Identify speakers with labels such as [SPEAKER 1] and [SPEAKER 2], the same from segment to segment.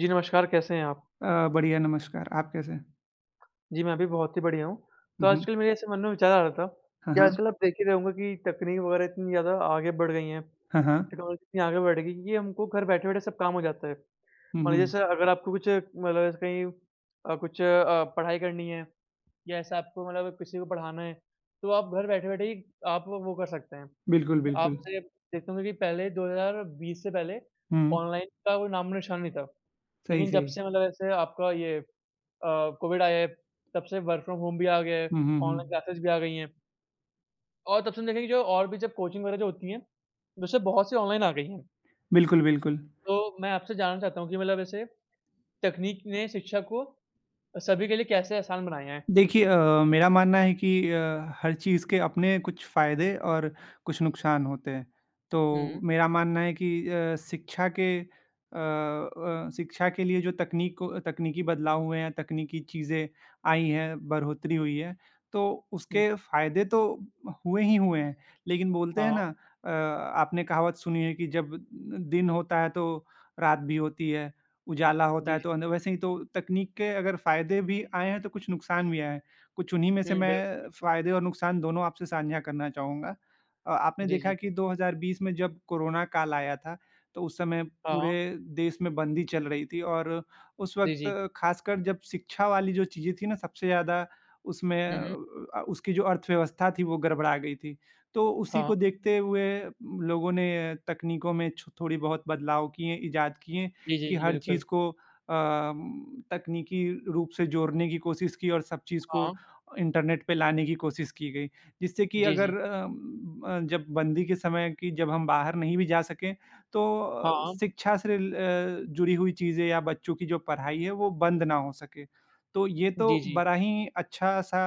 [SPEAKER 1] जी नमस्कार, कैसे हैं आप?
[SPEAKER 2] बढ़िया नमस्कार, आप कैसे हैं?
[SPEAKER 1] जी, मैं भी बहुत ही बढ़िया हूँ। तो
[SPEAKER 2] हुँ, हुँ।
[SPEAKER 1] आजकल मेरे ऐसे मन में विचार आ रहा था
[SPEAKER 2] हाँ,
[SPEAKER 1] कि
[SPEAKER 2] हाँ।
[SPEAKER 1] आजकल आप देख ही रहे होंगे कि तकनीक वगैरह इतनी ज़्यादा आगे बढ़ गई हैं।
[SPEAKER 2] हाँ, हाँ।
[SPEAKER 1] टेक्नोलॉजी इतनी आगे बढ़ गई कि हमको घर बैठे-बैठे सब काम हो जाता है।
[SPEAKER 2] हुँ,
[SPEAKER 1] मान लीजिए
[SPEAKER 2] हुँ।
[SPEAKER 1] जैसे अगर आपको कुछ मतलब ऐसे कहीं कुछ पढ़ाई करनी है या ऐसा आपको मतलब किसी को पढ़ाना है, तो आप घर बैठे-बैठे ही आप वो कर सकते हैं।
[SPEAKER 2] बिल्कुल, बिल्कुल।
[SPEAKER 1] आपसे देखते होंगे कि पहले 2020 से पहले
[SPEAKER 2] हुँ।
[SPEAKER 1] ऑनलाइन का कोई नामो-निशान नहीं था।
[SPEAKER 2] सही,
[SPEAKER 1] लेकिन
[SPEAKER 2] सही।
[SPEAKER 1] जब से मतलब ऐसे आपका ये कोविड आया है, तब से वर्क फ्रॉम होम भी आ गया है,
[SPEAKER 2] हुँ, हुँ, हुँ।
[SPEAKER 1] ऑनलाइन क्लासेस भी आ गई हैं और तब से हम देखेंगे जो और भी जब कोचिंग वगैरह जो होती हैं, वैसे बहुत सी ऑनलाइन आ गई हैं।
[SPEAKER 2] बिल्कुल, बिल्कुल।
[SPEAKER 1] तो मैं आपसे जानना चाहता हूँ कि मतलब ऐसे तकनीक ने शिक्षा को सभी के लिए कैसे आसान बनाया है?
[SPEAKER 2] देखिए, मेरा मानना है कि हर चीज़ के अपने कुछ फ़ायदे और कुछ नुकसान होते हैं। तो
[SPEAKER 1] हुँ,
[SPEAKER 2] मेरा मानना है कि शिक्षा के लिए जो तकनीकी बदलाव हुए हैं, तकनीकी चीज़ें आई हैं, बढ़ोतरी हुई है, तो
[SPEAKER 1] हुँ।
[SPEAKER 2] उसके फ़ायदे तो हुए ही हुए हैं। लेकिन बोलते हैं
[SPEAKER 1] हाँ,
[SPEAKER 2] ना, आपने कहावत सुनी है कि जब दिन होता है तो रात भी होती है। उजाला होता
[SPEAKER 1] जी,
[SPEAKER 2] है
[SPEAKER 1] जी।
[SPEAKER 2] तो अंद वैसे ही तो तकनीक के अगर फ़ायदे भी आए हैं तो कुछ नुकसान भी आए हैं। कुछ उन्हीं में से
[SPEAKER 1] हुँ, बिल्कुल।
[SPEAKER 2] मैं फ़ायदे और नुकसान दोनों आपसे साझा करना चाहूँगा। आपने
[SPEAKER 1] जी, जी।
[SPEAKER 2] देखा कि 2020 में जब कोरोना काल आया था तो उस समय पूरे
[SPEAKER 1] हाँ,
[SPEAKER 2] देश में बंदी चल रही थी और उस
[SPEAKER 1] जी, जी।
[SPEAKER 2] वक़्त ख़ासकर जब शिक्षा वाली जो चीज़ें थी ना सबसे ज़्यादा उसमें
[SPEAKER 1] हुँ, हुँ।
[SPEAKER 2] उसकी जो अर्थव्यवस्था थी वो गड़बड़ा गई थी। तो उसी
[SPEAKER 1] हाँ,
[SPEAKER 2] को देखते हुए लोगों ने तकनीकों में छ थोड़ी बहुत बदलाव किए, इज़ाद किए
[SPEAKER 1] जी, जी,
[SPEAKER 2] कि
[SPEAKER 1] जी,
[SPEAKER 2] हर
[SPEAKER 1] बिल्कुल।
[SPEAKER 2] चीज़ को तकनीकी रूप से जोड़ने की कोशिश की और सब चीज़ को
[SPEAKER 1] हाँ,
[SPEAKER 2] इंटरनेट पे लाने की कोशिश की गई। जिससे कि
[SPEAKER 1] जी,
[SPEAKER 2] अगर
[SPEAKER 1] जी।
[SPEAKER 2] जब बंदी के समय कि जब हम बाहर नहीं भी जा सकें, तो
[SPEAKER 1] हाँ,
[SPEAKER 2] शिक्षा से जुड़ी हुई चीज़ें या बच्चों की जो पढ़ाई है, वो बंद ना हो सके। तो ये तो
[SPEAKER 1] जी, जी।
[SPEAKER 2] बड़ा ही अच्छा-सा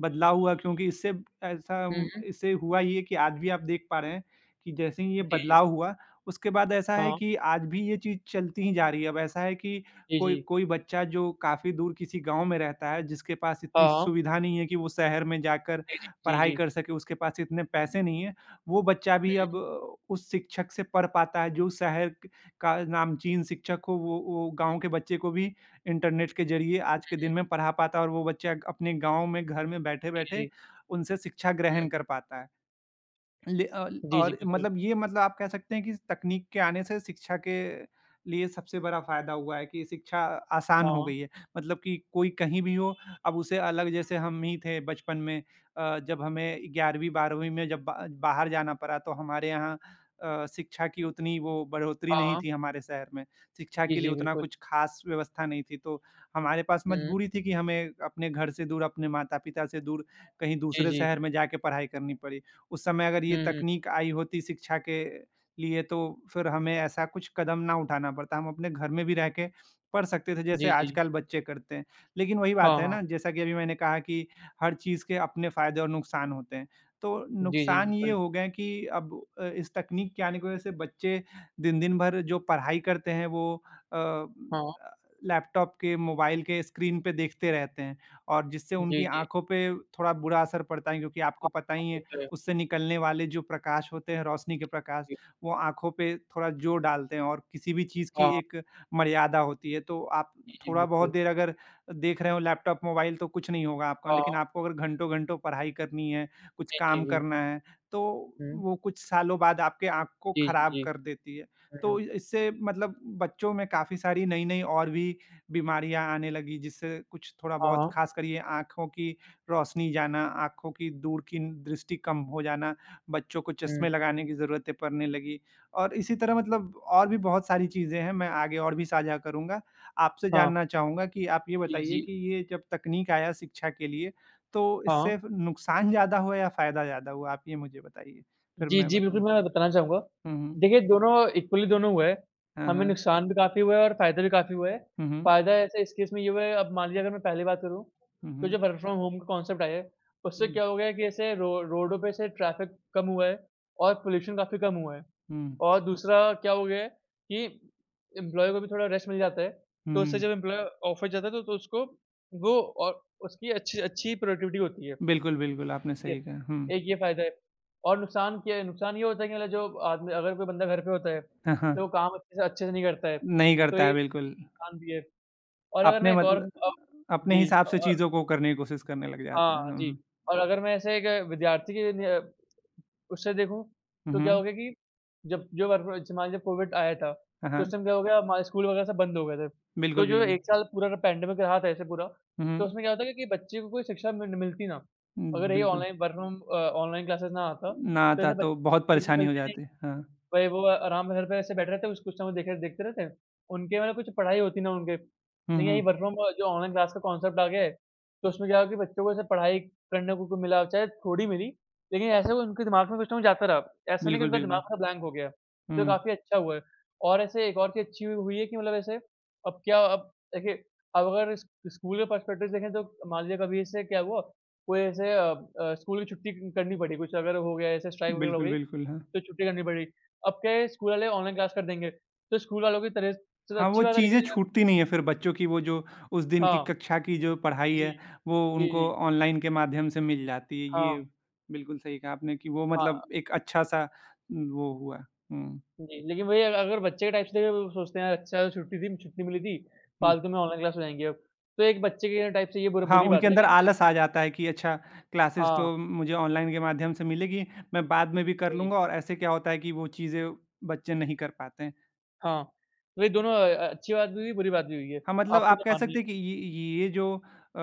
[SPEAKER 2] बदलाव हुआ क्योंकि इससे ऐसा
[SPEAKER 1] हुँ, हुँ।
[SPEAKER 2] इससे हुआ ये कि आज भी आप देख पा रहे हैं कि जैसे ही ये
[SPEAKER 1] जी, जी।
[SPEAKER 2] बदलाव हुआ उसके बाद ऐसा है
[SPEAKER 1] हाँ,
[SPEAKER 2] कि आज भी ये चीज़ चलती ही जा रही है। अब ऐसा है कि
[SPEAKER 1] जी,
[SPEAKER 2] कोई
[SPEAKER 1] जी।
[SPEAKER 2] कोई बच्चा जो काफ़ी दूर किसी गाँव में रहता है, जिसके पास इतनी
[SPEAKER 1] हाँ,
[SPEAKER 2] सुविधा नहीं है कि वो शहर में जाकर
[SPEAKER 1] जी, जी, जी,
[SPEAKER 2] पढ़ाई
[SPEAKER 1] जी,
[SPEAKER 2] कर सके, उसके पास इतने पैसे नहीं हैं, वो बच्चा भी अब उस शिक्षक से पढ़ पाता है जो शहर क का नामचीन शिक्षक हो, वो गाँव के बच्चे को भी इंटरनेट के ज़रिए आज के दिन में पढ़ा पाता है और वो बच्चा अपने गाँव में, घर में
[SPEAKER 1] जी,
[SPEAKER 2] बैठे-बैठे
[SPEAKER 1] जी।
[SPEAKER 2] उनसे शिक्षा
[SPEAKER 1] हुँ,
[SPEAKER 2] ग्रहण कर पाता है। ले अ,
[SPEAKER 1] जी, जी,
[SPEAKER 2] और
[SPEAKER 1] बिल्कुल।
[SPEAKER 2] मतलब ये मतलब आप कह सकते हैं कि तकनीक के आने से शिक्षा के लिए सबसे बड़ा फ़ायदा हुआ है कि शिक्षा आसान हो
[SPEAKER 1] हाँ,
[SPEAKER 2] गई है। मतलब कि कोई कहीं भी हो, अब उसे अलग जैसे हम ही थे बचपन में, जब हमें 11वीं 12वीं में जब बा बाहर जाना पड़ा तो हमारे यहाँ शिक्षा की उतनी वो बढ़ोतरी नहीं
[SPEAKER 1] हाँ।
[SPEAKER 2] थी हमारे शहर में। शिक्षा
[SPEAKER 1] जी,
[SPEAKER 2] के लिए
[SPEAKER 1] जी,
[SPEAKER 2] उतना
[SPEAKER 1] बिल्कुल।
[SPEAKER 2] कुछ ख़ास व्यवस्था नहीं थी, तो हमारे पास
[SPEAKER 1] हुँ,
[SPEAKER 2] मजबूरी थी कि हमें अपने घर से दूर, अपने माता-पिता से दूर कहीं
[SPEAKER 1] जी,
[SPEAKER 2] दूसरे
[SPEAKER 1] जी।
[SPEAKER 2] शहर में जाके पढ़ाई करनी पड़ी। उस समय अगर
[SPEAKER 1] हुँ,
[SPEAKER 2] ये
[SPEAKER 1] हुँ।
[SPEAKER 2] तकनीक आई होती शिक्षा के लिए तो फिर हमें ऐसा कुछ कदम ना उठाना पड़ता। हम अपने घर में भी रह के पढ़ सकते थे जैसे
[SPEAKER 1] जी, जी।
[SPEAKER 2] आजकल बच्चे करते हैं। लेकिन वही बात
[SPEAKER 1] हाँ,
[SPEAKER 2] है
[SPEAKER 1] हाँ।
[SPEAKER 2] ना जैसा कि अभी मैंने कहा कि हर चीज़ के अपने फ़ायदे और नुकसान होते हैं। तो
[SPEAKER 1] जी, जी,
[SPEAKER 2] नुकसान ये
[SPEAKER 1] बिल्कुल।
[SPEAKER 2] हो गए कि अब इस तकनीक के आने की वज़ह से बच्चे दिन-दिन भर जो पढ़ाई करते हैं वो अ,
[SPEAKER 1] हाँ,
[SPEAKER 2] लैपटॉप के, मोबाइल के स्क्रीन पे देखते रहते हैं और जिससे
[SPEAKER 1] जी,
[SPEAKER 2] उनकी
[SPEAKER 1] जी।
[SPEAKER 2] आँखों पे थोड़ा बुरा असर पड़ता है, क्योंकि
[SPEAKER 1] हाँ,
[SPEAKER 2] आपको पता
[SPEAKER 1] हाँ,
[SPEAKER 2] ही
[SPEAKER 1] वो
[SPEAKER 2] है
[SPEAKER 1] तो है।
[SPEAKER 2] उससे निकलने वाले जो प्रकाश होते हैं, रोशनी के प्रकाश,
[SPEAKER 1] जी।
[SPEAKER 2] वो आँखों पे थोड़ा ज़ोर डालते हैं और किसी भी चीज़
[SPEAKER 1] हाँ,
[SPEAKER 2] की
[SPEAKER 1] हाँ।
[SPEAKER 2] एक मर्यादा होती है। तो आप
[SPEAKER 1] जी, जी,
[SPEAKER 2] थोड़ा बहुत
[SPEAKER 1] बिल्कुल।
[SPEAKER 2] देर अगर देख रहे हो लैपटॉप, मोबाइल तो कुछ नहीं होगा आपका,
[SPEAKER 1] हाँ,
[SPEAKER 2] लेकिन आपको अगर घंटों-घंटों पढ़ाई करनी है, कुछ
[SPEAKER 1] जी, जी,
[SPEAKER 2] काम
[SPEAKER 1] बिल
[SPEAKER 2] करना है, तो
[SPEAKER 1] हुँ।
[SPEAKER 2] वो कुछ सालों बाद आपके आँख को
[SPEAKER 1] जी, जी,
[SPEAKER 2] खराब
[SPEAKER 1] जी।
[SPEAKER 2] कर देती है।
[SPEAKER 1] हुँ।
[SPEAKER 2] तो इससे मतलब बच्चों में काफ़ी सारी नई-नई और भी बीमारियाँ आने लगी, जिससे कुछ थोड़ा
[SPEAKER 1] हाँ,
[SPEAKER 2] बहुत
[SPEAKER 1] हाँ।
[SPEAKER 2] ख़ासकर ये आँखों की रोशनी जाना, आँखों की दूर की दृष्टि कम हो जाना, बच्चों को
[SPEAKER 1] हुँ।
[SPEAKER 2] चश्मे लगाने की ज़रूरतें पड़ने लगी और इसी तरह मतलब और भी बहुत सारी चीज़ें हैं, मैं आगे और भी साझा करूँगा। आपसे
[SPEAKER 1] हाँ,
[SPEAKER 2] जानना चाहूँगा कि आप ये
[SPEAKER 1] जी,
[SPEAKER 2] बताइए
[SPEAKER 1] जी।
[SPEAKER 2] कि ये जब तकनीक आया शिक्षा के लिए, तो
[SPEAKER 1] हाँ।
[SPEAKER 2] इससे फ नुकसान ज़्यादा हुआ या फ़ायदा ज़्यादा हुआ? आप ये मुझे बताइए, फिर
[SPEAKER 1] जी,
[SPEAKER 2] मैं
[SPEAKER 1] जी, बिल्कुल,
[SPEAKER 2] बताऊँ।
[SPEAKER 1] मैं बताना चाहूँगा।
[SPEAKER 2] हुँ, हुँ।
[SPEAKER 1] देखिए, दोनों इक्वली दोनों हुआ है।
[SPEAKER 2] हाँ,
[SPEAKER 1] हमें
[SPEAKER 2] हाँ।
[SPEAKER 1] नुकसान भी काफ़ी हुआ है और फ़ायदा भी काफ़ी हुआ है।
[SPEAKER 2] हुँ, हुँ।
[SPEAKER 1] फ़ायदा ऐसे इस केस में ये हुआ है, अब मान लीजिए अगर मैं पहली बात करूँ,
[SPEAKER 2] हुँ,
[SPEAKER 1] तो जो
[SPEAKER 2] हुँ।
[SPEAKER 1] वर्क फ्रॉम होम का कॉन्सेप्ट आया है, उससे
[SPEAKER 2] हुँ,
[SPEAKER 1] क्या हो गया है कि ऐसे रो रोडों पे ऐसे ट्रैफ़िक कम हुआ है और पॉल्यूशन काफ़ी कम हुआ है।
[SPEAKER 2] हुँ।
[SPEAKER 1] और दूसरा क्या हो गया है कि एम्प्लॉयी को भी थोड़ा रेस्ट मिल जाता है,
[SPEAKER 2] हुँ,
[SPEAKER 1] तो उससे जब
[SPEAKER 2] हुँ।
[SPEAKER 1] एम्प्लॉयी ऑफ़िस जाता है, तो उसको वो और उसकी अच्छी अच्छी प्रोडक्टिविटी होती है।
[SPEAKER 2] बिल्कुल, बिल्कुल, आपने
[SPEAKER 1] ये
[SPEAKER 2] सही कहा। हुँ।
[SPEAKER 1] एक ये फ़ायदा है और नुकसान क्या है, नुकसान ये होता है कि मतलब जो आदमी अगर कोई बंदा घर पे होता है,
[SPEAKER 2] हाँ, हाँ।
[SPEAKER 1] तो वो काम अच्छे से नहीं करता है,
[SPEAKER 2] नहीं
[SPEAKER 1] तो
[SPEAKER 2] करता
[SPEAKER 1] ये
[SPEAKER 2] है, बिल्कुल।
[SPEAKER 1] नुकसान भी है और अगर मैं
[SPEAKER 2] अपने
[SPEAKER 1] एक और
[SPEAKER 2] मतलब अपने
[SPEAKER 1] जी
[SPEAKER 2] हिसाब से
[SPEAKER 1] और
[SPEAKER 2] चीज़ों को करने की कोशिश करने लग जाते हैं।
[SPEAKER 1] हाँ,
[SPEAKER 2] हुँ,
[SPEAKER 1] जी
[SPEAKER 2] हुँ।
[SPEAKER 1] और अगर मैं ऐसे एक विद्यार्थी के लिए उससे देखूँ
[SPEAKER 2] हुँ,
[SPEAKER 1] तो क्या हो
[SPEAKER 2] हुँ।
[SPEAKER 1] गया कि जब जो वर्क फ्रॉम जैसे मान लीजिए कोविड आया था,
[SPEAKER 2] हाँ,
[SPEAKER 1] तो
[SPEAKER 2] हाँ।
[SPEAKER 1] उस टाइम क्या हो गया हमारे स्कूल वगैरह सब बंद हो गए थे। तो
[SPEAKER 2] बिल्कुल,
[SPEAKER 1] जो
[SPEAKER 2] बिल्कुल।
[SPEAKER 1] 1 साल पूरा का पैंडेमिक रहा था ऐसे पूरा,
[SPEAKER 2] हुँ,
[SPEAKER 1] तो
[SPEAKER 2] हुँ।
[SPEAKER 1] उसमें क्या होता है कि बच्चे को कोई शिक्षा मिलती ना।
[SPEAKER 2] हुँ,
[SPEAKER 1] अगर ये
[SPEAKER 2] बिल्कुल।
[SPEAKER 1] Online work from online classes ना आता,
[SPEAKER 2] ना
[SPEAKER 1] तो
[SPEAKER 2] आता
[SPEAKER 1] ऐसे
[SPEAKER 2] तो
[SPEAKER 1] बच्चों को
[SPEAKER 2] बहुत
[SPEAKER 1] सीखने
[SPEAKER 2] परेशानी हो
[SPEAKER 1] मिलती नहीं
[SPEAKER 2] जाती। हाँ।
[SPEAKER 1] भई वो आराम से घर पे ऐसे बैठे रहते हैं, उस कुछ समय देखे देखते रहते हैं। उनके मतलब कुछ पढ़ाई होती ना उनके।
[SPEAKER 2] हुँ,
[SPEAKER 1] लेकिन यही
[SPEAKER 2] हुँ।
[SPEAKER 1] वर्क फ्रॉम जो ऑनलाइन क्लास का कॉन्सेप्ट आ गया है, तो उसमें क्या हुआ कि बच्चों को ऐसे पढ़ाई करने को मिला, चाहे थोड़ी मिली, लेकिन ऐसे वो उनके दिमाग में कुछ ना कुछ जाता रहा। ऐसा नहीं कि
[SPEAKER 2] बिल्कुल,
[SPEAKER 1] उनका दिमाग
[SPEAKER 2] बिल्कुल।
[SPEAKER 1] पूरा ब्लैंक हो गया। तो
[SPEAKER 2] हुँ।
[SPEAKER 1] काफ़ी अच्छा हुआ है। और ऐसे एक और चीज़ अच्छी हुई हुई है कि मतलब ऐसे अब देखिए, अब अगर स स्कूल के पर्सपेक्टिव से देखें तो मान लीजिए कभी ऐसे क्या हुआ, कोई ऐसे स्कूल की छुट्टी करनी पड़ी, कुछ अगर हो गया ऐसे स्ट्राइक वगैरह हो
[SPEAKER 2] बिल्कुल,
[SPEAKER 1] गई,
[SPEAKER 2] बिल्कुल, हाँ।
[SPEAKER 1] तो छुट्टी करनी पड़ी। अब क्या है स्कूल वाले ऑनलाइन क्लास कर देंगे, तो स्कूल वालों की तरह से तो
[SPEAKER 2] हाँ,
[SPEAKER 1] अच्छी
[SPEAKER 2] वो
[SPEAKER 1] बात है लेकिन
[SPEAKER 2] चीज़ें
[SPEAKER 1] यार
[SPEAKER 2] छूटती नहीं है फिर बच्चों की वो जो उस दिन की
[SPEAKER 1] हाँ,
[SPEAKER 2] कक्षा की जो पढ़ाई
[SPEAKER 1] जी,
[SPEAKER 2] है, वो
[SPEAKER 1] जी,
[SPEAKER 2] उनको
[SPEAKER 1] जी।
[SPEAKER 2] ऑनलाइन के माध्यम से मिल जाती है।
[SPEAKER 1] हाँ,
[SPEAKER 2] ये बिल्कुल सही कहा आपने कि वो मतलब
[SPEAKER 1] हाँ,
[SPEAKER 2] एक अच्छा-सा वो हुआ। हुँ,
[SPEAKER 1] जी, लेकिन वही अग अगर बच्चे के टाइप से देखें वो सोचते हैं यार अच्छा छुट्टी थी, छुट्टी मिली थी,
[SPEAKER 2] हुँ।
[SPEAKER 1] फालतू में ऑनलाइन क्लास हो जाएँगी अब। तो एक बच्चे के टाइप से ये
[SPEAKER 2] हाँ,
[SPEAKER 1] बुरी बात
[SPEAKER 2] उनके
[SPEAKER 1] है
[SPEAKER 2] अंदर
[SPEAKER 1] लेकिन
[SPEAKER 2] आलस आ जाता है कि अच्छा क्लासेस
[SPEAKER 1] हाँ,
[SPEAKER 2] तो मुझे ऑनलाइन के माध्यम से मिलेगी, मैं बाद में भी कर
[SPEAKER 1] वही,
[SPEAKER 2] लूँगा और ऐसे क्या होता है कि वो चीज़ें बच्चे नहीं कर पाते हैं।
[SPEAKER 1] हाँ, वही दोनों अच्छी बात भी हुई, बुरी बात भी हुई है।
[SPEAKER 2] हाँ, मतलब
[SPEAKER 1] आपको
[SPEAKER 2] आप
[SPEAKER 1] क्या
[SPEAKER 2] कह
[SPEAKER 1] मानना है?
[SPEAKER 2] सकते हैं कि ये जो अ,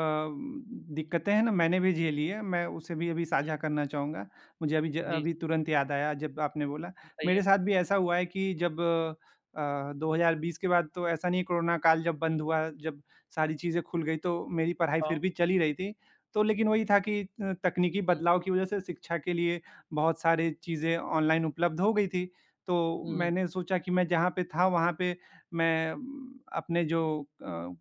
[SPEAKER 2] दिक्कतें हैं ना मैंने भी झेली है, मैं उसे भी अभी साझा करना चाहूँगा। मुझे अभी ज
[SPEAKER 1] जी,
[SPEAKER 2] अभी
[SPEAKER 1] जी,
[SPEAKER 2] तुरंत याद आया जब आपने बोला। मेरे
[SPEAKER 1] बताइए?
[SPEAKER 2] साथ भी ऐसा हुआ है कि जब 2020 के बाद तो ऐसा नहीं कोरोना काल जब बंद हुआ, जब सारी चीज़ें खुल गई तो मेरी पढ़ाई
[SPEAKER 1] हाँ,
[SPEAKER 2] फिर भी चल ही रही थी। तो लेकिन वही था कि तकनीकी
[SPEAKER 1] हुँ,
[SPEAKER 2] बदलाव की वज़ह से शिक्षा के लिए बहुत सारी चीज़ें ऑनलाइन उपलब्ध हो गई थी। तो
[SPEAKER 1] हुँ,
[SPEAKER 2] मैंने सोचा कि मैं जहाँ पे था वहाँ पे मैं अपने जो अ,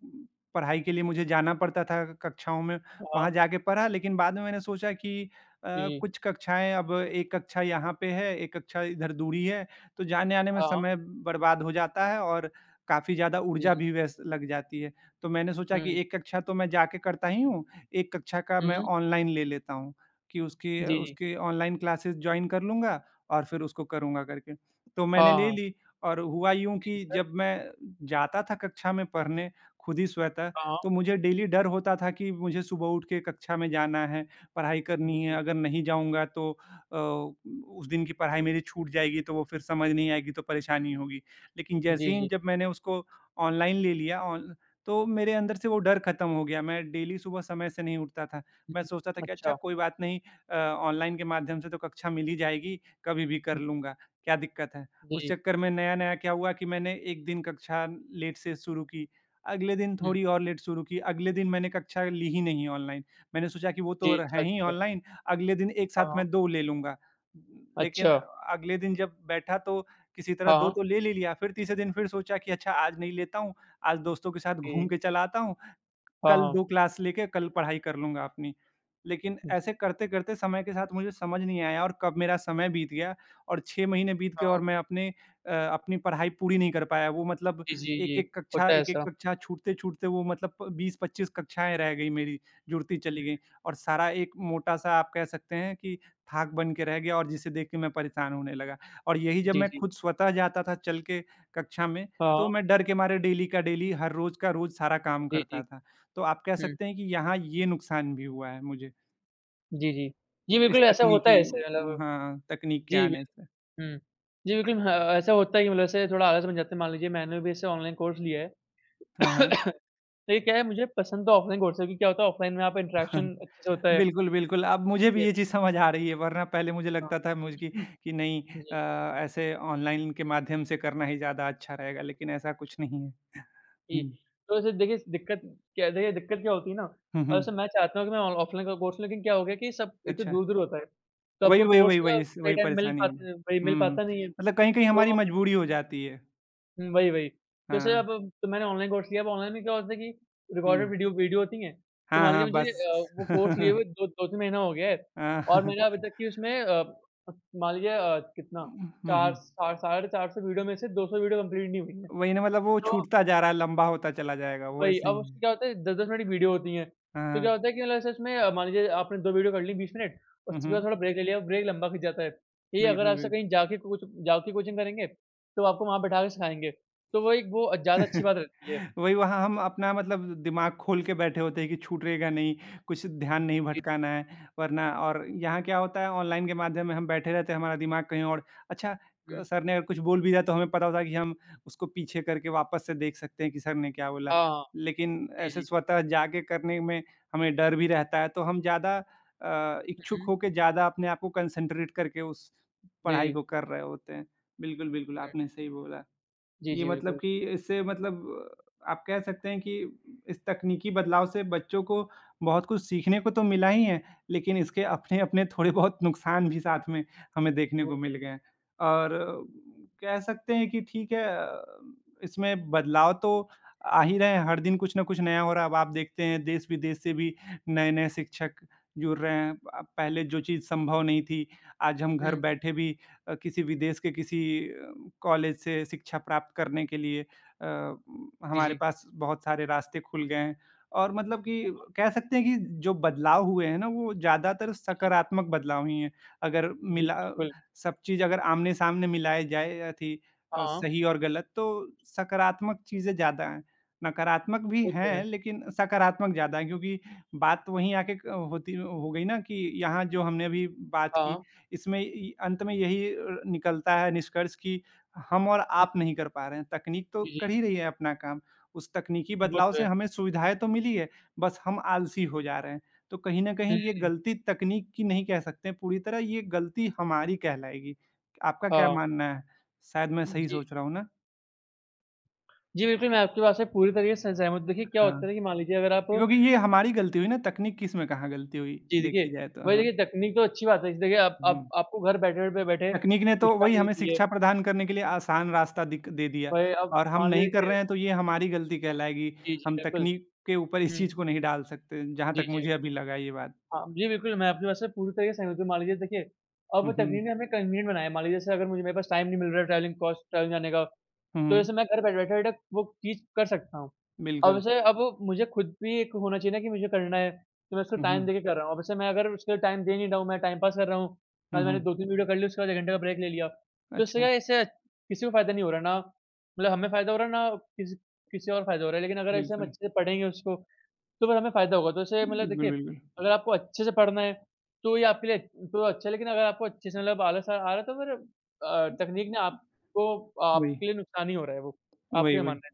[SPEAKER 2] पढ़ाई के लिए मुझे जाना पड़ता था कक्षाओं में,
[SPEAKER 1] हुँ,
[SPEAKER 2] वहाँ
[SPEAKER 1] हाँ,
[SPEAKER 2] जाके पढ़ा लेकिन बाद में मैंने सोचा कि अ,
[SPEAKER 1] जी, जी,
[SPEAKER 2] कुछ कक्षाएँ अब एक कक्षा यहाँ पे है, एक कक्षा इधर दूरी है, तो जाने-आने में
[SPEAKER 1] हाँ,
[SPEAKER 2] समय बर्बाद हो जाता है और काफ़ी ज़्यादा ऊर्जा
[SPEAKER 1] जी,
[SPEAKER 2] भी व्यस्त लग जाती है। तो मैंने सोचा कि
[SPEAKER 1] हुँ,
[SPEAKER 2] एक कक्षा तो मैं जाके करता ही हूँ, एक कक्षा का मैं
[SPEAKER 1] हुँ,
[SPEAKER 2] ऑनलाइन ले लेता हूँ कि उसकी
[SPEAKER 1] जी, जी,
[SPEAKER 2] उसकी ऑनलाइन क्लासेस जॉइन कर लूँगा और फिर उसको करूँगा करके। तो मैंने
[SPEAKER 1] हाँ,
[SPEAKER 2] ले
[SPEAKER 1] हाँ,
[SPEAKER 2] ली और हुआ यूँ कि
[SPEAKER 1] फिर?
[SPEAKER 2] जब मैं जाता था कक्षा में पढ़ने, खुद ही स्वतः,
[SPEAKER 1] हाँ,
[SPEAKER 2] तो मुझे डेली डर होता था कि मुझे सुबह उठ के कक्षा में जाना है, पढ़ाई
[SPEAKER 1] जी,
[SPEAKER 2] करनी है,
[SPEAKER 1] जी।
[SPEAKER 2] अगर नहीं जाऊँगा तो उस दिन की पढ़ाई मेरी छूट जाएगी, तो वो फिर समझ नहीं आएगी, तो परेशानी होगी। लेकिन जैसे
[SPEAKER 1] जी,
[SPEAKER 2] ही
[SPEAKER 1] जी।
[SPEAKER 2] जब मैंने उसको ऑनलाइन ले लिया ऑन तो मेरे अंदर से वो डर खत्म हो गया, मैं डेली सुबह समय से नहीं उठता था।
[SPEAKER 1] हुँ,
[SPEAKER 2] मैं
[SPEAKER 1] हुँ।
[SPEAKER 2] सोचता था कि अच्छा
[SPEAKER 1] अच्छा।
[SPEAKER 2] कोई बात नहीं, अ, ऑनलाइन के माध्यम से तो कक्षा मिल ही जाएगी, कभी भी कर
[SPEAKER 1] हुँ,
[SPEAKER 2] लूँगा, क्या दिक्कत है? उस
[SPEAKER 1] जी।
[SPEAKER 2] चक्कर में नया-नया क्या हुआ कि मैंने 1 दिन कक्षा लेट से शुरू की, अगले दिन
[SPEAKER 1] हुँ।
[SPEAKER 2] थोड़ी और लेट शुरू की, अगले दिन मैंने कक्षा ली ही नहीं ऑनलाइन। मैंने सोचा कि वो
[SPEAKER 1] जी,
[SPEAKER 2] तो र
[SPEAKER 1] अच्छा,
[SPEAKER 2] हैं ही
[SPEAKER 1] अच्छा।
[SPEAKER 2] ऑनलाइन, अगले दिन एक
[SPEAKER 1] हाँ,
[SPEAKER 2] साथ
[SPEAKER 1] हाँ।
[SPEAKER 2] मैं 2 ले लूँगा। लेकिन
[SPEAKER 1] अच्छा,
[SPEAKER 2] अगले दिन जब बैठा तो किसी तरह
[SPEAKER 1] हाँ,
[SPEAKER 2] 2
[SPEAKER 1] हाँ।
[SPEAKER 2] तो ले लिया, फिर तीसरे दिन फिर सोचा कि अच्छा आज नहीं लेता हूँ, आज दोस्तों के साथ घूम
[SPEAKER 1] जी,
[SPEAKER 2] के चला आता हूँ,
[SPEAKER 1] हाँ,
[SPEAKER 2] कल
[SPEAKER 1] हाँ।
[SPEAKER 2] 2 क्लास लेके कल पढ़ाई कर लूँगा अपनी। लेकिन
[SPEAKER 1] जी,
[SPEAKER 2] ऐसे करते-करते समय के साथ मुझे समझ नहीं आया और कब मेरा समय बीत गया और 6 महीने बीत
[SPEAKER 1] हाँ,
[SPEAKER 2] गए
[SPEAKER 1] हाँ।
[SPEAKER 2] और मैं अपने अपनी पढ़ाई पूरी नहीं कर पाया। वो मतलब
[SPEAKER 1] जी, जी, ये होता है
[SPEAKER 2] एक-एक
[SPEAKER 1] ऐसा।
[SPEAKER 2] कक्षा छूटते-छूटते वो मतलब 20-25 कक्षाएँ रह गई मेरी, जुड़ती चली गई और सारा एक मोटा-सा आप कह सकते हैं कि थाक बन के रह गया और जिसे देख के मैं परेशान होने लगा। और यही जब
[SPEAKER 1] जी,
[SPEAKER 2] मैं
[SPEAKER 1] जी।
[SPEAKER 2] खुद स्वतः जाता था चल के कक्षा में,
[SPEAKER 1] हाँ,
[SPEAKER 2] तो
[SPEAKER 1] हाँ।
[SPEAKER 2] मैं डर के मारे डेली का डेली, हर रोज़ का रोज़ सारा काम
[SPEAKER 1] जी, जी।
[SPEAKER 2] करता था। तो आप कह
[SPEAKER 1] हुँ,
[SPEAKER 2] सकते हैं कि यहाँ ये नुकसान भी हुआ है मुझे।
[SPEAKER 1] जी, जी। जी,
[SPEAKER 2] इस
[SPEAKER 1] बिल्कुल ऐसा होता
[SPEAKER 2] तकनीकी
[SPEAKER 1] है ऐसे मतलब
[SPEAKER 2] हाँ, तकनीक के
[SPEAKER 1] जी,
[SPEAKER 2] आने
[SPEAKER 1] बिल
[SPEAKER 2] से।
[SPEAKER 1] हुँ। जी, बिल्कुल हाँ, ऐसा होता ही है मतलब ऐसे थोड़ा आलस बन जाता है। मान लीजिए मैंने भी ऐसे ऑनलाइन कोर्स लिया है।
[SPEAKER 2] हाँ, हाँ।
[SPEAKER 1] तो ये क्या है मुझे पसंद तो ऑफलाइन कोर्स है क्योंकि क्या होता है ऑफलाइन में आप इंटरेक्शन अच्छे से होता है।
[SPEAKER 2] बिल्कुल, बिल्कुल, अब मुझे भी
[SPEAKER 1] ये
[SPEAKER 2] ये चीज़ समझ आ रही है वरना पहले मुझे
[SPEAKER 1] हाँ।
[SPEAKER 2] लगता था मुझ कि नहीं,
[SPEAKER 1] जी।
[SPEAKER 2] ऐसे ऑनलाइन के माध्यम से करना ही ज़्यादा अच्छा रहेगा लेकिन ऐसा कुछ नहीं है।
[SPEAKER 1] जी,
[SPEAKER 2] हुँ।
[SPEAKER 1] तो ऐसे देखिए दिक्कत क्या होती है ना
[SPEAKER 2] हुँ,
[SPEAKER 1] और
[SPEAKER 2] हुँ।
[SPEAKER 1] ऐसे मैं चाहता हूँ कि मैं ऑ ऑफलाइन का कोर्स लूँ लेकिन क्या हो गया कि सब एक तो
[SPEAKER 2] अच्छा,
[SPEAKER 1] दूर-दूर होता है, तो आपको कोर्स का सही
[SPEAKER 2] वही
[SPEAKER 1] टाइम मिल
[SPEAKER 2] परेशानी हो
[SPEAKER 1] पाता वही
[SPEAKER 2] जाती।
[SPEAKER 1] मिल
[SPEAKER 2] हुँ, हुँ।
[SPEAKER 1] पाता नहीं है,
[SPEAKER 2] मतलब कहीं-कहीं हमारी
[SPEAKER 1] तो
[SPEAKER 2] मजबूरी हो जाती है।
[SPEAKER 1] हुँ, वही। तो ऐसे अब
[SPEAKER 2] हाँ,
[SPEAKER 1] तो मैंने ऑनलाइन कोर्स लिया, अब ऑनलाइन में क्या होता है कि रिकॉर्डेड
[SPEAKER 2] हुँ।
[SPEAKER 1] वीडियो वीडियो होती हैं, तो
[SPEAKER 2] हाँ,
[SPEAKER 1] मान लीजिए
[SPEAKER 2] हाँ,
[SPEAKER 1] मुझे
[SPEAKER 2] बस।
[SPEAKER 1] वो कोर्स लिए हुए दो 2-3 महीना हो गया है और
[SPEAKER 2] हाँ।
[SPEAKER 1] मेरा अभी तक कि उसमें मान लीजिए अ, कितना
[SPEAKER 2] हुँ,
[SPEAKER 1] 4
[SPEAKER 2] हुँ।
[SPEAKER 1] सा साढ़े 400 वीडियो में से 200 वीडियो कंप्लीट नहीं हुई है।
[SPEAKER 2] वही ना मतलब वो
[SPEAKER 1] तो
[SPEAKER 2] छूटता जा रहा है, लंबा होता चला जाएगा, वो
[SPEAKER 1] वही,
[SPEAKER 2] ऐसे
[SPEAKER 1] अब
[SPEAKER 2] ही
[SPEAKER 1] उसमें
[SPEAKER 2] है।
[SPEAKER 1] क्या होता है 10-10 मिनट की वीडियो होती हैं,
[SPEAKER 2] हाँ,
[SPEAKER 1] तो क्या
[SPEAKER 2] हाँ।
[SPEAKER 1] होता है कि मतलब ऐसे उसमें मान लीजिए आपने 2 वीडियो कर ली 20 मिनट,
[SPEAKER 2] हुँ,
[SPEAKER 1] उसके बाद
[SPEAKER 2] हुँ।
[SPEAKER 1] थोड़ा ब्रेक ले लिया, ब्रेक लंबा खिंच जाता है। यही अगर
[SPEAKER 2] बिल्कुल,
[SPEAKER 1] आपसे
[SPEAKER 2] बिल्कुल।
[SPEAKER 1] कहीं जाके कोचिंग करेंगे, तो आपको वहाँ बैठा के सिखाएँगे, तो वो ज़्यादा अच्छी बात रहती है।
[SPEAKER 2] वही वहाँ हम अपना मतलब दिमाग खोल के बैठे होते हैं कि छूटेगा नहीं, कुछ ध्यान नहीं
[SPEAKER 1] जी।
[SPEAKER 2] भटकाना है, वरना और यहाँ क्या होता है ऑनलाइन के माध्यम में हम बैठे रहते हैं, हमारा दिमाग कहीं और। अच्छा, क
[SPEAKER 1] हुँ।
[SPEAKER 2] सर ने अगर कुछ बोल भी दिया तो हमें पता होता है कि हम उसको पीछे करके वापस से देख सकते हैं कि सर ने क्या बोला।
[SPEAKER 1] हाँ, हाँ।
[SPEAKER 2] लेकिन
[SPEAKER 1] जी,
[SPEAKER 2] ऐसे
[SPEAKER 1] जी।
[SPEAKER 2] स्वतः जाके करने में हमें डर भी रहता है, तो हम ज़्यादा
[SPEAKER 1] हुँ,
[SPEAKER 2] इच्छुक
[SPEAKER 1] हुँ।
[SPEAKER 2] होके ज़्यादा अपने आप को कंसंट्रेट करके उस पढ़ाई
[SPEAKER 1] जी,
[SPEAKER 2] को कर रहे होते हैं। बिल्कुल, बिल्कुल,
[SPEAKER 1] हुँ।
[SPEAKER 2] आपने सही बोला।
[SPEAKER 1] जी,
[SPEAKER 2] ये
[SPEAKER 1] जी,
[SPEAKER 2] मतलब
[SPEAKER 1] बिल्कुल।
[SPEAKER 2] कि इससे मतलब आप कह सकते हैं कि इस तकनीकी बदलाव से बच्चों को बहुत कुछ सीखने को तो मिला ही है, लेकिन इसके अपने-अपने थोड़े बहुत नुकसान भी साथ में हमें देखने
[SPEAKER 1] वो
[SPEAKER 2] को मिल गए हैं। और कह सकते हैं कि ठीक है, इसमें बदलाव तो आ ही रहे हैं, हर दिन कुछ न कुछ नया हो रहा है। अब आप देखते हैं देश-विदेश से भी नए-नए शिक्षक जुड़ रहे हैं। पहले जो चीज़ संभव नहीं थी, आज हम
[SPEAKER 1] हुँ,
[SPEAKER 2] घर
[SPEAKER 1] हुँ।
[SPEAKER 2] बैठे भी किसी विदेश के किसी कॉलेज से शिक्षा प्राप्त करने के लिए अ,
[SPEAKER 1] जी,
[SPEAKER 2] हमारे
[SPEAKER 1] जी,
[SPEAKER 2] पास बहुत सारे रास्ते खुल गए हैं, और मतलब कि कह सकते हैं कि जो बदलाव हुए हैं ना, वो ज़्यादातर
[SPEAKER 1] जी,
[SPEAKER 2] सकारात्मक बदलाव ही हैं। अगर
[SPEAKER 1] जी,
[SPEAKER 2] मिला
[SPEAKER 1] जी, बिल्कुल।
[SPEAKER 2] सब चीज़ अगर आमने-सामने मिलाए जाए या थी,
[SPEAKER 1] हाँ, हाँ,
[SPEAKER 2] सही और गलत तो सकारात्मक चीज़ें ज़्यादा हैं। नकारात्मक भी
[SPEAKER 1] वो तो है।
[SPEAKER 2] हैं, लेकिन सकारात्मक ज़्यादा हैं, क्योंकि बात वहीं आके क होती हो गई ना कि यहाँ जो हमने अभी बात
[SPEAKER 1] हाँ,
[SPEAKER 2] की,
[SPEAKER 1] हाँ।
[SPEAKER 2] इसमें इ अंत में यही निकलता है निष्कर्ष कि हम और आप
[SPEAKER 1] हुँ,
[SPEAKER 2] नहीं कर पा रहे हैं। तकनीक तो
[SPEAKER 1] जी,
[SPEAKER 2] कर
[SPEAKER 1] जी,
[SPEAKER 2] ही रही है अपना काम। उस तकनीकी
[SPEAKER 1] वो
[SPEAKER 2] बदलाव
[SPEAKER 1] तो
[SPEAKER 2] से
[SPEAKER 1] है।
[SPEAKER 2] हमें सुविधाएँ तो मिली है, बस हम आलसी हो जा रहे हैं। तो कहीं न
[SPEAKER 1] हुँ,
[SPEAKER 2] कहीं ये गलती तकनीक की नहीं कह सकते हैं, पूरी तरह ये गलती हमारी कहलाएगी। आपका क्या
[SPEAKER 1] हाँ,
[SPEAKER 2] मानना है? शायद मैं सही
[SPEAKER 1] जी।
[SPEAKER 2] सोच रहा हूँ ना?
[SPEAKER 1] जी, बिल्कुल, मैं आपकी बात से पूरी तरीके से सहमत हूँ। देखिए, क्या
[SPEAKER 2] हाँ,
[SPEAKER 1] होता है ना कि मान लीजिए अगर आप
[SPEAKER 2] क्योंकि ये हमारी गलती हुई ना, तकनीक की इसमें कहाँ गलती हुई,
[SPEAKER 1] जी, देखिए,
[SPEAKER 2] देखी जाए तो।
[SPEAKER 1] वही
[SPEAKER 2] हाँ।
[SPEAKER 1] देखिए तकनीक तो अच्छी बात है। देखिए, आप
[SPEAKER 2] हुँ।
[SPEAKER 1] आपको घर बैठे
[SPEAKER 2] तकनीक ने तो
[SPEAKER 1] शिक्षा
[SPEAKER 2] वही हमें
[SPEAKER 1] मिलती है।
[SPEAKER 2] शिक्षा प्रदान करने के लिए आसान रास्ता दिक दे दिया,
[SPEAKER 1] वही अब
[SPEAKER 2] और हम
[SPEAKER 1] मान लीजिए
[SPEAKER 2] नहीं कर
[SPEAKER 1] देखिए
[SPEAKER 2] रहे हैं तो ये हमारी गलती कहलाएगी।
[SPEAKER 1] जी, जी,
[SPEAKER 2] हम
[SPEAKER 1] बिल्कुल।
[SPEAKER 2] तकनीक के ऊपर इस
[SPEAKER 1] हुँ,
[SPEAKER 2] चीज़ को नहीं डाल सकते, जहाँ
[SPEAKER 1] जी,
[SPEAKER 2] तक
[SPEAKER 1] जी,
[SPEAKER 2] मुझे अभी
[SPEAKER 1] बिल्कुल।
[SPEAKER 2] लगा ये बात।
[SPEAKER 1] हाँ, जी, बिल्कुल, मैं आपकी बात से पूरी तरीके से सहमत हूँ। मान लीजिए देखिए,
[SPEAKER 2] हुँ,
[SPEAKER 1] अब
[SPEAKER 2] हुँ।
[SPEAKER 1] तकनीक ने हमें कन्वीनिएंट बनाया है। मान लीजिए जैसे अगर मुझे मेरे पास टाइम नहीं मिल रहा है ट्रैवलिंग जाने का, तो
[SPEAKER 2] हुँ,
[SPEAKER 1] जैसे मैं घर बैठे-बैठे वो चीज़ कर सकता हूँ।
[SPEAKER 2] बिल्कुल।
[SPEAKER 1] अब मुझे खुद भी एक होना चाहिए ना कि मुझे करना है, तो मैं उसको
[SPEAKER 2] हुँ,
[SPEAKER 1] टाइम
[SPEAKER 2] हुँ।
[SPEAKER 1] देके कर रहा हूँ। अब वैसे मैं अगर उसको टाइम दे नहीं रहा हूँ, मैं टाइम पास कर रहा हूँ,
[SPEAKER 2] हुँ,
[SPEAKER 1] कल मैंने
[SPEAKER 2] हुँ।
[SPEAKER 1] 2-3 वीडियो कर ली, उसके बाद 1 घंटे का ब्रेक ले लिया। तो इससे क्या
[SPEAKER 2] अच्छा,
[SPEAKER 1] है, इससे किसी को फ़ायदा नहीं हो रहा ना मतलब हमें फ़ायदा हो रहा है ना किसी किसी और फ़ायदा हो रहा है। लेकिन अगर ऐसे हम
[SPEAKER 2] बिल्कुल।
[SPEAKER 1] अच्छे से पढ़ेंगे उसको, तो फिर हमें फ़ायदा होगा। तो ऐसे मतलब
[SPEAKER 2] बिल्कुल,
[SPEAKER 1] देखिए,
[SPEAKER 2] बिल्कुल।
[SPEAKER 1] अगर आपको अच्छे से पढ़ना है, तो ये आपके लिए तो अच्छा है, लेकिन अगर आपको अच्छे से मतलब आलस आ आ रहा है तो फिर तकनीक ने आपको
[SPEAKER 2] वही,
[SPEAKER 1] आपके लिए नुकसान ही हो रहा है वो। आपका
[SPEAKER 2] वही,
[SPEAKER 1] क्या
[SPEAKER 2] वही।
[SPEAKER 1] मानना है?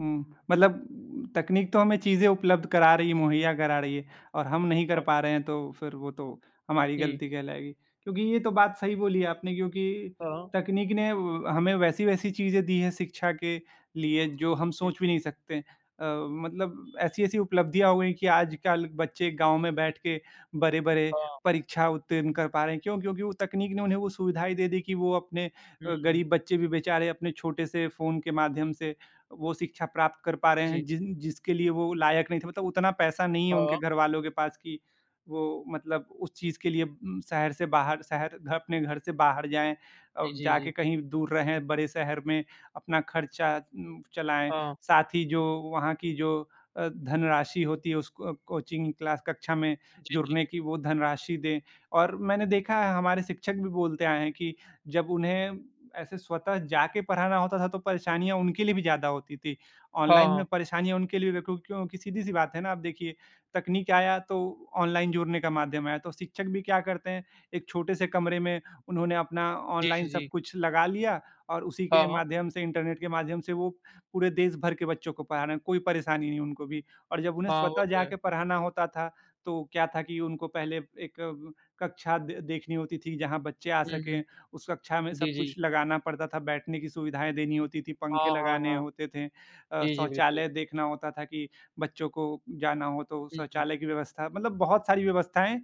[SPEAKER 2] हुँ, मतलब तकनीक तो हमें चीज़ें उपलब्ध करा रही है, मुहैया करा रही है, और हम नहीं कर
[SPEAKER 1] हाँ,
[SPEAKER 2] पा रहे हैं तो फिर वो तो हमारी
[SPEAKER 1] जी।
[SPEAKER 2] गलती कहलाएगी। क्योंकि ये तो बात सही बोली आपने, क्योंकि
[SPEAKER 1] हाँ।
[SPEAKER 2] तकनीक ने व हमें वैसी-वैसी चीज़ें दी हैं शिक्षा के लिए जो हम
[SPEAKER 1] जी,
[SPEAKER 2] सोच भी नहीं सकते। मतलब ऐसी-ऐसी उपलब्धियाँ हो गई कि आजकल बच्चे गाँव में बैठ के बड़े-बड़े
[SPEAKER 1] हाँ,
[SPEAKER 2] परीक्षा उत्तीर्ण कर पा रहे हैं। क्यों? क्योंकि वो तकनीक ने उन्हें वो सुविधाएँ दे दी कि वो अपने
[SPEAKER 1] हुँ,
[SPEAKER 2] गरीब बच्चे भी बेचारे अपने छोटे से फ़ोन के माध्यम से वो शिक्षा प्राप्त कर पा
[SPEAKER 1] जी,
[SPEAKER 2] रहे हैं
[SPEAKER 1] जी,
[SPEAKER 2] जिन जिसके लिए वो लायक नहीं थे, मतलब उतना पैसा नहीं है
[SPEAKER 1] हाँ,
[SPEAKER 2] उनके घरवालों के पास कि वो मतलब उस चीज़ के लिए शहर से बाहर शहर घ अपने घर से बाहर जाएँ,
[SPEAKER 1] जी, जी,
[SPEAKER 2] जाके
[SPEAKER 1] जी,
[SPEAKER 2] कहीं दूर रहें, बड़े शहर में अपना खर्चा चलाएँ।
[SPEAKER 1] हाँ,
[SPEAKER 2] साथ ही जो वहाँ की जो धनराशि होती है उसको कोचिंग क्लास कक्षा में
[SPEAKER 1] जी, जी,
[SPEAKER 2] जुड़ने की वो धनराशि दें। और मैंने देखा है हमारे शिक्षक भी बोलते आए हैं कि जब उन्हें ऐसे स्वतः जाके पढ़ाना होता था तो परेशानियाँ उनके लिए भी ज़्यादा होती थी।
[SPEAKER 1] हाँ,
[SPEAKER 2] ऑनलाइन में
[SPEAKER 1] हाँ,
[SPEAKER 2] परेशानियाँ उनके लिए भी क्यों, क्योंकि सीधी-सी बात है ना, आप देखिए तकनीक आया तो ऑनलाइन जुड़ने का माध्यम आया, तो शिक्षक भी क्या करते हैं, एक छोटे से कमरे में उन्होंने अपना
[SPEAKER 1] जी, जी,
[SPEAKER 2] ऑनलाइन सब
[SPEAKER 1] जी,
[SPEAKER 2] कुछ लगा लिया और उसी
[SPEAKER 1] हाँ,
[SPEAKER 2] के
[SPEAKER 1] हाँ,
[SPEAKER 2] माध्यम से इंटरनेट के माध्यम से वो पूरे देश भर के बच्चों को पढ़ा रहे हैं, कोई परेशानी नहीं उनको भी। और जब उन्हें
[SPEAKER 1] हाँ, वो
[SPEAKER 2] स्वतः
[SPEAKER 1] तो है।
[SPEAKER 2] जाके पढ़ाना होता था तो क्या था कि उनको पहले एक कक्षा दे देखनी होती थी जहाँ बच्चे आ
[SPEAKER 1] हुँ, हुँ,
[SPEAKER 2] सकें, उस कक्षा में
[SPEAKER 1] जी,
[SPEAKER 2] सब
[SPEAKER 1] जी,
[SPEAKER 2] कुछ लगाना पड़ता था, बैठने की सुविधाएँ देनी होती थी,
[SPEAKER 1] हाँ,
[SPEAKER 2] पंखे
[SPEAKER 1] हाँ,
[SPEAKER 2] लगाने
[SPEAKER 1] हाँ,
[SPEAKER 2] होते थे।
[SPEAKER 1] जी, जी, बिल्कुल,
[SPEAKER 2] शौचालय देखना होता था कि बच्चों को जाना हो तो
[SPEAKER 1] हुँ, हुँ,
[SPEAKER 2] शौचालय की व्यवस्था, मतलब बहुत सारी व्यवस्थाएँ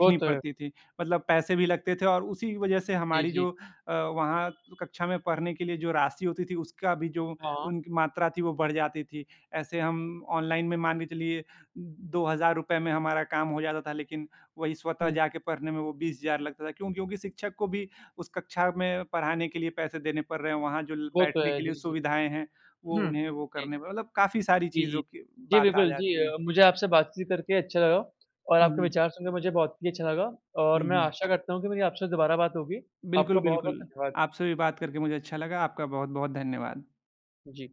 [SPEAKER 1] वो तो है,
[SPEAKER 2] पड़ती थी। मतलब पैसे भी लगते थे और उसी वजह से
[SPEAKER 1] जी,
[SPEAKER 2] हमारी
[SPEAKER 1] जी,
[SPEAKER 2] जो वहाँ कक्षा में पढ़ने के लिए जो राशि होती थी उसका भी जो
[SPEAKER 1] हाँ, हाँ,
[SPEAKER 2] उनकी मात्रा थी वो बढ़ जाती थी। ऐसे हम ऑनलाइन में मान के चलिए ₹2000 में हमारा काम हो जाता था, लेकिन वही स्वतः
[SPEAKER 1] हुँ,
[SPEAKER 2] जाके पढ़ने में वो 20,000 लगता था। क्यों? क्योंकि शिक्षक को भी उस कक्षा में पढ़ाने के लिए पैसे देने पड़ रहे हैं, वहाँ जो ल
[SPEAKER 1] वो तो
[SPEAKER 2] बैठने
[SPEAKER 1] है,
[SPEAKER 2] के लिए
[SPEAKER 1] जी, जी,
[SPEAKER 2] सुविधाएँ हैं, वो उन्हें वो
[SPEAKER 1] जी,
[SPEAKER 2] करने में मतलब काफ़ी सारी
[SPEAKER 1] जी, जी,
[SPEAKER 2] चीज़ों की
[SPEAKER 1] जी,
[SPEAKER 2] बात आ
[SPEAKER 1] बिल्कुल, जी
[SPEAKER 2] जाती है।
[SPEAKER 1] मुझे आपसे बातचीत करके अच्छा लगा और
[SPEAKER 2] हुँ,
[SPEAKER 1] आपके
[SPEAKER 2] हुँ।
[SPEAKER 1] विचार सुनकर मुझे बहुत ही अच्छा लगा और
[SPEAKER 2] हुँ,
[SPEAKER 1] मैं
[SPEAKER 2] हुँ।
[SPEAKER 1] आशा करता हूँ कि मेरी आपसे दोबारा बात होगी। आपका
[SPEAKER 2] बिल्कुल,
[SPEAKER 1] बहुत-बहुत
[SPEAKER 2] बिल्कुल।
[SPEAKER 1] धन्यवाद।
[SPEAKER 2] आपसे भी बात करके मुझे अच्छा लगा। आपका बहुत-बहुत धन्यवाद।
[SPEAKER 1] जी।